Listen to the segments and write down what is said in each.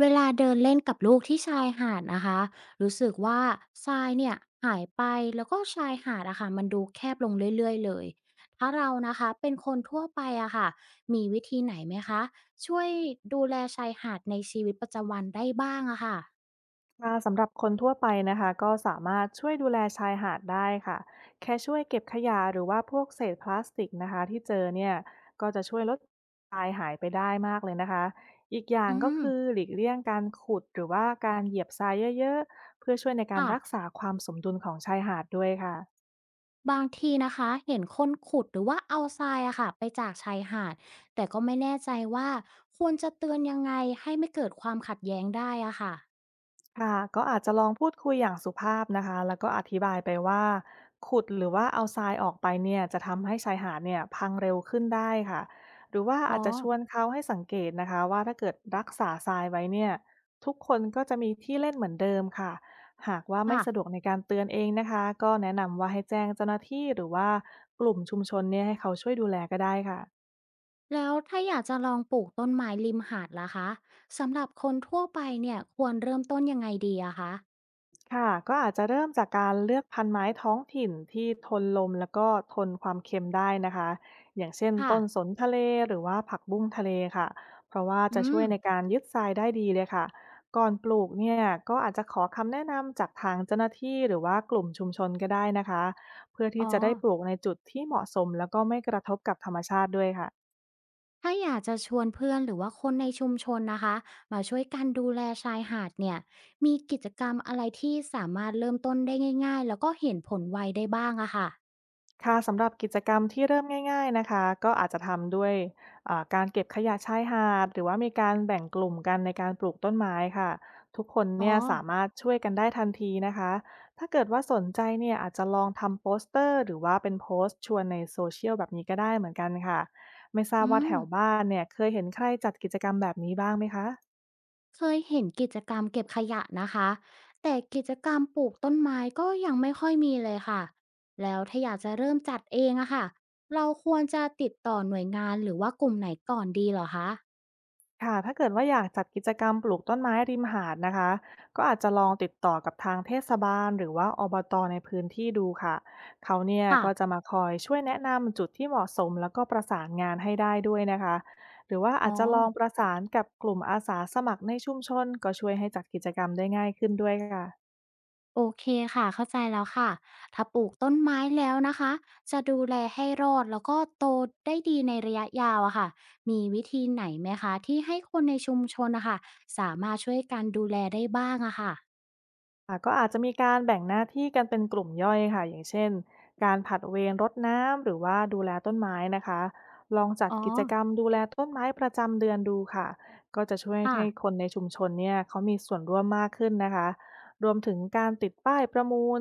เวลาเดินเล่นกับลูกที่ชายหาดนะคะรู้สึกว่าทรายเนี่ยหายไปแล้วก็ชายหาดอะค่ะมันดูแคบลงเรื่อยๆเลยถ้าเรานะคะเป็นคนทั่วไปอะค่ะมีวิธีไหนไหมคะช่วยดูแลชายหาดในชีวิตประจำวันได้บ้างอะค่ะค่ะสำหรับคนทั่วไปนะคะก็สามารถช่วยดูแลชายหาดได้ค่ะแค่ช่วยเก็บขยะหรือว่าพวกเศษพลาสติกนะคะที่เจอเนี่ยก็จะช่วยลดทรายหายไปได้มากเลยนะคะอีกอย่างอืก็มคือหลีกเลี่ยงการขุดหรือว่าการเหยียบทรายเยอะๆเพื่อช่วยในการค่ะรักษาความสมดุลของชายหาดด้วยค่ะ บางทีนะคะเห็นคนขุดหรือว่าเอาทรายอะค่ะไปจากชายหาดแต่ก็ไม่แน่ใจว่าควรจะเตือนยังไงให้ไม่เกิดความขัดแย้งได้อะค่ะค่ะก็อาจจะลองพูดคุยอย่างสุภาพนะคะแล้วก็อธิบายไปว่าขุดหรือว่าเอาทรายออกไปเนี่ยจะทำให้ชายหาดเนี่ยพังเร็วขึ้นได้ค่ะหรือว่าอ๋ออาจจะชวนเขาให้สังเกตนะคะว่าถ้าเกิดรักษาทรายไว้เนี่ยทุกคนก็จะมีที่เล่นเหมือนเดิมค่ะหากว่าไม่สะดวค่ะ กในการเตือนเองนะคะก็แนะนำว่าให้แจ้งเจ้าหน้าที่หรือว่ากลุ่มชุมชนเนี่ยให้เขาช่วยดูแลก็ได้ค่ะ แล้วถ้าอยากจะลองปลูกต้นไม้ริมหาดล่ะคะสำหรับคนทั่วไปเนี่ยควรเริ่มต้นยังไงดีอะคะค่ะก็อาจจะเริ่มจากการเลือกพันไม้ท้องถิ่นที่ทนลมแล้วก็ทนความเค็มได้นะคะอย่างเช่นค่ะต้นสนทะเลหรือว่าผักบุ้งทะเลค่ะเพราะว่าจะอืช่วมยในการยึดทรายได้ดีเลยค่ะก่อนปลูกเนี่ยก็อาจจะขอคำแนะนำจากทางเจ้าหน้าที่หรือว่ากลุ่มชุมชนก็ได้นะคะเพื่อที่อ๋อจะได้ปลูกในจุดที่เหมาะสมแล้วก็ไม่กระทบกับธรรมชาติด้วยค่ะ ถ้าอยากจะชวนเพื่อนหรือว่าคนในชุมชนนะคะมาช่วยกันดูแลชายหาดเนี่ยมีกิจกรรมอะไรที่สามารถเริ่มต้นได้ง่ายๆแล้วก็เห็นผลไวได้บ้างอะค่ะค่ะสำหรับกิจกรรมที่เริ่มง่ายๆนะคะก็อาจจะทำด้วยการเก็บขยะชายหาดหรือว่ามีการแบ่งกลุ่มกันในการปลูกต้นไม้ค่ะทุกคนอ๋อเนี่ยสามารถช่วยกันได้ทันทีนะคะถ้าเกิดว่าสนใจเนี่ยอาจจะลองทำโปสเตอร์หรือว่าเป็นโพสต์ชวนในโซเชียลแบบนี้ก็ได้เหมือนกันค่ะไม่ทราบอืว่าแถม วบ้านเนี่ยเคยเห็นใครจัดกิจกรรมแบบนี้บ้างไหมคะ เคยเห็นกิจกรรมเก็บขยะนะคะแต่กิจกรรมปลูกต้นไม้ก็ยังไม่ค่อยมีเลยค่ะแล้วถ้าอยากจะเริ่มจัดเองอะค่ะเราควรจะติดต่อหน่วยงานหรือว่ากลุ่มไหนก่อนดีเหรอคะค่ะถ้าเกิดว่าอยากจัดกิจกรรมปลูกต้นไม้ริมหาดนะคะก็อาจจะลองติดต่อกับทางเทศบาลหรือว่าอบตในพื้นที่ดูค่ะเขาเนี่ยก็จะค่ะมาคอยช่วยแนะนำจุดที่เหมาะสมแล้วก็ประสานงานให้ได้ด้วยนะคะหรือว่าอ๋อาอจจะลองประสานกับกลุ่มอาสาสมัครในชุมชนก็ช่วยให้จัดกิจกรรมได้ง่ายขึ้นด้วยค่ะ โอเคค่ะเข้าใจแล้วค่ะถ้าปลูกต้นไม้แล้วนะคะจะดูแลให้รอดแล้วก็โตได้ดีในระยะยาวอะค่ะมีวิธีไหนไหมคะที่ให้คนในชุมชนนะคะสามารถช่วยกันดูแลได้บ้างอะค่ะค่ะก็อาจจะมีการแบ่งหน้าที่กันเป็นกลุ่มย่อยค่ะอย่างเช่นการผลัดเวรรดน้ำหรือว่าดูแลต้นไม้นะคะลองจัดอ๋อกิจกรรมดูแลต้นไม้ประจำเดือนดูค่ะก็จะช่วยค่ะ ให้คนในชุมชนเนี่ยเขามีส่วนร่วมมากขึ้นนะคะรวมถึงการติดป้ายประมูล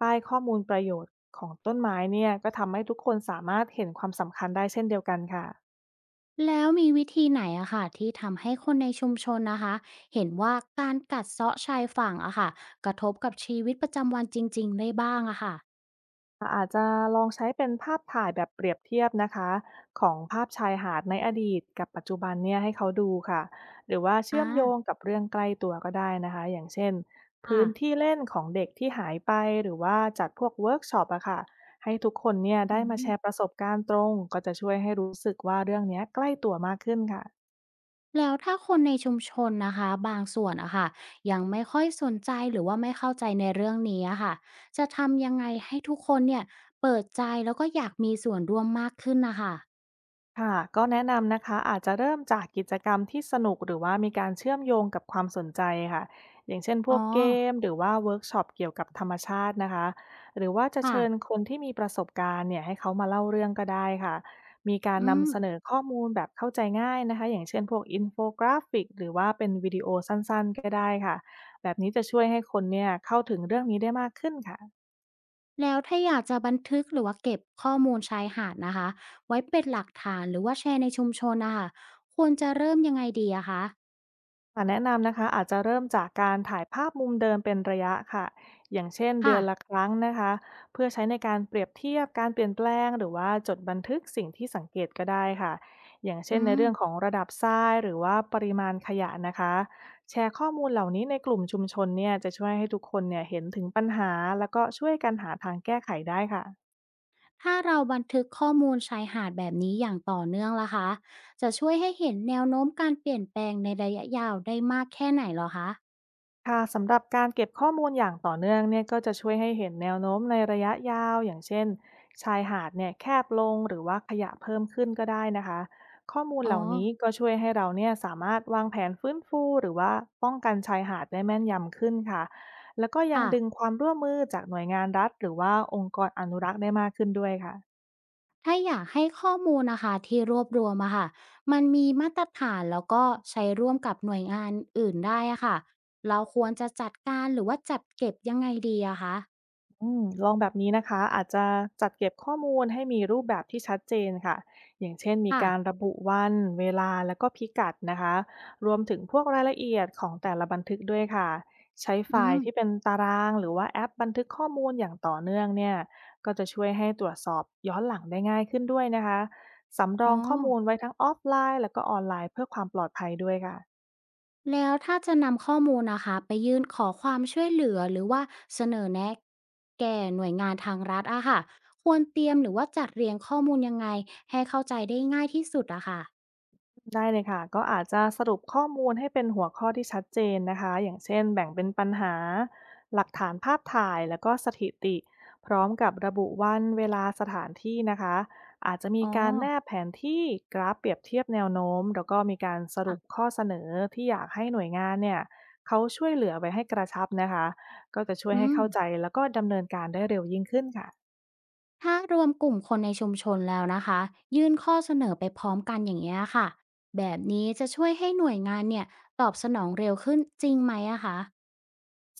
ป้ายข้อมูลประโยชน์ของต้นไม้เนี่ยก็ทำให้ทุกคนสามารถเห็นความสำคัญได้เช่นเดียวกันค่ะ แล้วมีวิธีไหนอะค่ะที่ทำให้คนในชุมชนนะคะเห็นว่าการกัดเซาะชายฝั่งอะค่ะกระทบกับชีวิตประจำวันจริงๆได้บ้างอะค่ะอาจจะลองใช้เป็นภาพถ่ายแบบเปรียบเทียบนะคะของภาพชายหาดในอดีตกับปัจจุบันเนี่ยให้เขาดูค่ะหรือว่าอาเชื่อมโยงกับเรื่องใกล้ตัวก็ได้นะคะอย่างเช่นค่ะพื้นที่เล่นของเด็กที่หายไปหรือว่าจัดพวกเวิร์กช็อปอะค่ะให้ทุกคนเนี่ยได้อืมาแชมร์ประสบการณ์ตรงก็จะช่วยให้รู้สึกว่าเรื่องเนี้ยใกล้ตัวมากขึ้นค่ะ แล้วถ้าคนในชุมชนนะคะบางส่วนอะค่ะยังไม่ค่อยสนใจหรือว่าไม่เข้าใจในเรื่องนี้อะค่ะจะทำยังไงให้ทุกคนเนี่ยเปิดใจแล้วก็อยากมีส่วนร่วมมากขึ้นนะคะค่ะก็แนะนำนะคะอาจจะเริ่มจากกิจกรรมที่สนุกหรือว่ามีการเชื่อมโยงกับความสนใจค่ะอย่างเช่นพวอ๋อกเกมหรือว่าเวิร์กช็อปเกี่ยวกับธรรมชาตินะคะหรือว่าจะค่ะเชิญคนที่มีประสบการณ์เนี่ยให้เขามาเล่าเรื่องก็ได้ค่ะมีการอืม นำเสนอข้อมูลแบบเข้าใจง่ายนะคะอย่างเช่นพวกอินโฟกราฟิกหรือว่าเป็นวิดีโอสั้นๆก็ได้ค่ะแบบนี้จะช่วยให้คนเนี่ยเข้าถึงเรื่องนี้ได้มากขึ้นค่ะ แล้วถ้าอยากจะบันทึกหรือว่าเก็บข้อมูลชายหาดนะคะไว้เป็นหลักฐานหรือว่าแชร์ในชุมชนนะคะควรจะเริ่มยังไงดีอะคะค่ะแนะนำนะคะอาจจะเริ่มจากการถ่ายภาพมุมเดิมเป็นระยะค่ะอย่างเช่นเดืค่ะอนละครั้งนะคะเพื่อใช้ในการเปรียบเทียบการเปลี่ยนแปลงหรือว่าจดบันทึกสิ่งที่สังเกตก็ได้ค่ะอย่างเช่นอืในมเรื่องของระดับทรายหรือว่าปริมาณขยะนะคะแชร์ข้อมูลเหล่านี้ในกลุ่มชุมชนเนี่ยจะช่วยให้ทุกคนเนี่ยเห็นถึงปัญหาแล้วก็ช่วยกันหาทางแก้ไขได้ค่ะ ถ้าเราบันทึกข้อมูลชายหาดแบบนี้อย่างต่อเนื่องล่ะคะจะช่วยให้เห็นแนวโน้มการเปลี่ยนแปลงในระยะยาวได้มากแค่ไหนเหรอคะค่ะสำหรับการเก็บข้อมูลอย่างต่อเนื่องเนี่ยก็จะช่วยให้เห็นแนวโน้มในระยะยาวอย่างเช่นชายหาดเนี่ยแคบลงหรือว่าขยะเพิ่มขึ้นก็ได้นะคะข้อมูลอ๋อเหล่านี้ก็ช่วยให้เราเนี่ยสามารถวางแผนฟื้นฟูหรือว่าป้องกันชายหาดได้แม่นยำขึ้นค่ะแล้วก็ยังค่ะ ดึงความร่วมมือจากหน่วยงานรัฐหรือว่าองค์กรอนุรักษ์ได้มากขึ้นด้วยค่ะ ถ้าอยากให้ข้อมูลนะคะที่รวบรวมอะค่ะมันมีมาตรฐานแล้วก็ใช้ร่วมกับหน่วยงานอื่นได้อะค่ะเราควรจะจัดการหรือว่าจัดเก็บยังไงดีอะคะอืมลองแบบนี้นะคะอาจจะจัดเก็บข้อมูลให้มีรูปแบบที่ชัดเจนค่ะอย่างเช่นมีค่ะการระบุวันเวลาแล้วก็พิกัดนะคะรวมถึงพวกรายละเอียดของแต่ละบันทึกด้วยค่ะใช้ไฟอืมล์ที่เป็นตารางหรือว่าแอปบันทึกข้อมูลอย่างต่อเนื่องเนี่ยก็จะช่วยให้ตรวจสอบย้อนหลังได้ง่ายขึ้นด้วยนะคะสำรอ๋อองข้อมูลไว้ทั้งออฟไลน์แล้วก็ออนไลน์เพื่อความปลอดภัยด้วยค่ะ แล้วถ้าจะนำข้อมูลนะคะไปยื่นขอความช่วยเหลือหรือว่าเสนอแนะแก่หน่วยงานทางรัฐอะค่ะควรเตรียมหรือว่าจัดเรียงข้อมูลยังไงให้เข้าใจได้ง่ายที่สุดอะค่ะได้เลยค่ะก็อาจจะสรุปข้อมูลให้เป็นหัวข้อที่ชัดเจนนะคะอย่างเช่นแบ่งเป็นปัญหาหลักฐานภาพถ่ายแล้วก็สถิติพร้อมกับระบุวันเวลาสถานที่นะคะอาจจะมีอ๋อการแนบแผนที่กราฟเปรียบเทียบแนวโน้มแล้วก็มีการสรุปค่ะข้อเสนอที่อยากให้หน่วยงานเนี่ยเขาช่วยเหลือไว้ให้กระชับนะคะก็จะช่วยอืให้ม เข้าใจแล้วก็ดำเนินการได้เร็วยิ่งขึ้นค่ะ ถ้ารวมกลุ่มคนในชุมชนแล้วนะคะยื่นข้อเสนอไปพร้อมกันอย่างเงี้ยค่ะแบบนี้จะช่วยให้หน่วยงานเนี่ยตอบสนองเร็วขึ้นจริงไหมอะคะ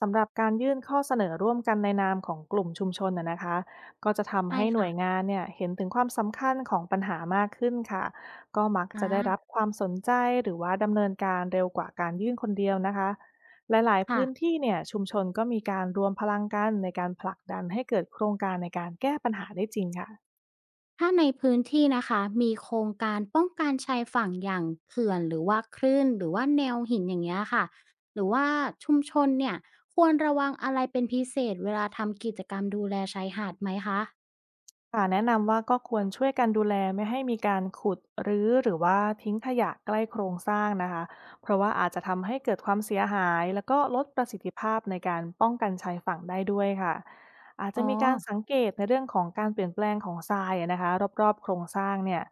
สำหรับการยื่นข้อเสนอร่วมกันในนามของกลุ่มชุมชนนะคะก็จะทำใช่ให้หน่วค่ะยงานเนี่ยเห็นถึงความสำคัญของปัญหามากขึ้นค่ะก็มักอ่จะได้รับาความสนใจหรือว่าดำเนินการเร็วกว่าการยื่นคนเดียวนะคะหลายๆพื้นค่ะที่เนี่ยชุมชนก็มีการรวมพลังกันในการผลักดันให้เกิดโครงการในการแก้ปัญหาได้จริงค่ะ ถ้าในพื้นที่นะคะมีโครงการป้องกันชายฝั่งอย่างเขื่อนหรือว่าคลื่นหรือว่าแนวหินอย่างเงี้ยค่ะหรือว่าชุมชนเนี่ยควรระวังอะไรเป็นพิเศษเวลาทำกิจกรรมดูแลชายหาดไหมคะค่ะแนะนำว่าก็ควรช่วยกันดูแลไม่ให้มีการขุดรื้อหรือว่าทิ้งขยะใกล้โครงสร้างนะคะเพราะว่าอาจจะทำให้เกิดความเสียหายแล้วก็ลดประสิทธิภาพในการป้องกันชายฝั่งได้ด้วยค่ะอาจจะอ๋อมีการสังเกตในเรื่องของการเปลี่ยนแปลงของทรายอะนะคะรอบๆโครงสร้างเนี่ย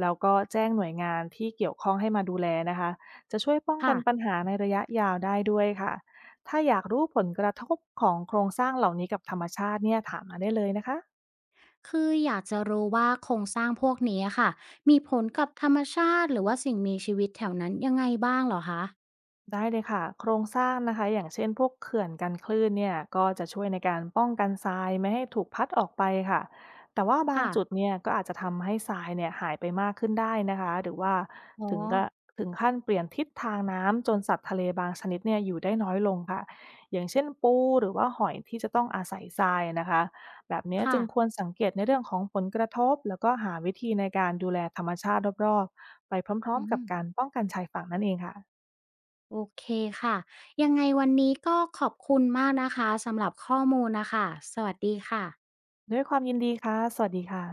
แล้วก็แจ้งหน่วยงานที่เกี่ยวข้องให้มาดูแลนะคะจะช่วยป้องกันปัญค่ะ หาในระยะยาวได้ด้วยค่ะถ้าอยากรู้ผลกระทบของโครงสร้างเหล่านี้กับธรรมชาติเนี่ยถามมาได้เลยนะคะ คืออยากจะรู้ว่าโครงสร้างพวกนี้อะค่ะมีผลกับธรรมชาติหรือว่าสิ่งมีชีวิตแถวนั้นยังไงบ้างเหรอคะได้เลยค่ะโครงสร้างนะคะอย่างเช่นพวกเขื่อนกันคลื่นเนี่ยก็จะช่วยในการป้องกันทรายไม่ให้ถูกพัดออกไปค่ะแต่ว่าบางค่ะจุดเนี่ยก็อาจจะทำให้ทรายเนี่ยหายไปมากขึ้นได้นะคะหรือว่าอ๋อถึงก็ถึงขั้นเปลี่ยนทิศทางน้ำจนสัตว์ทะเลบางชนิดเนี่ยอยู่ได้น้อยลงค่ะอย่างเช่นปูหรือว่าหอยที่จะต้องอาศัยทรายนะคะแบบเนี้ยค่ะจึงควรสังเกตในเรื่องของผลกระทบแล้วก็หาวิธีในการดูแลธรรมชาติรอบๆไปพร้อมอืๆกับมการป้องกันชายฝั่งนั่นเองค่ะ โอเคค่ะยังไงวันนี้ก็ขอบคุณมากนะคะสำหรับข้อมูลน่ะค่ะสวัสดีค่ะด้วยความยินดีค่ะ สวัสดีค่ะ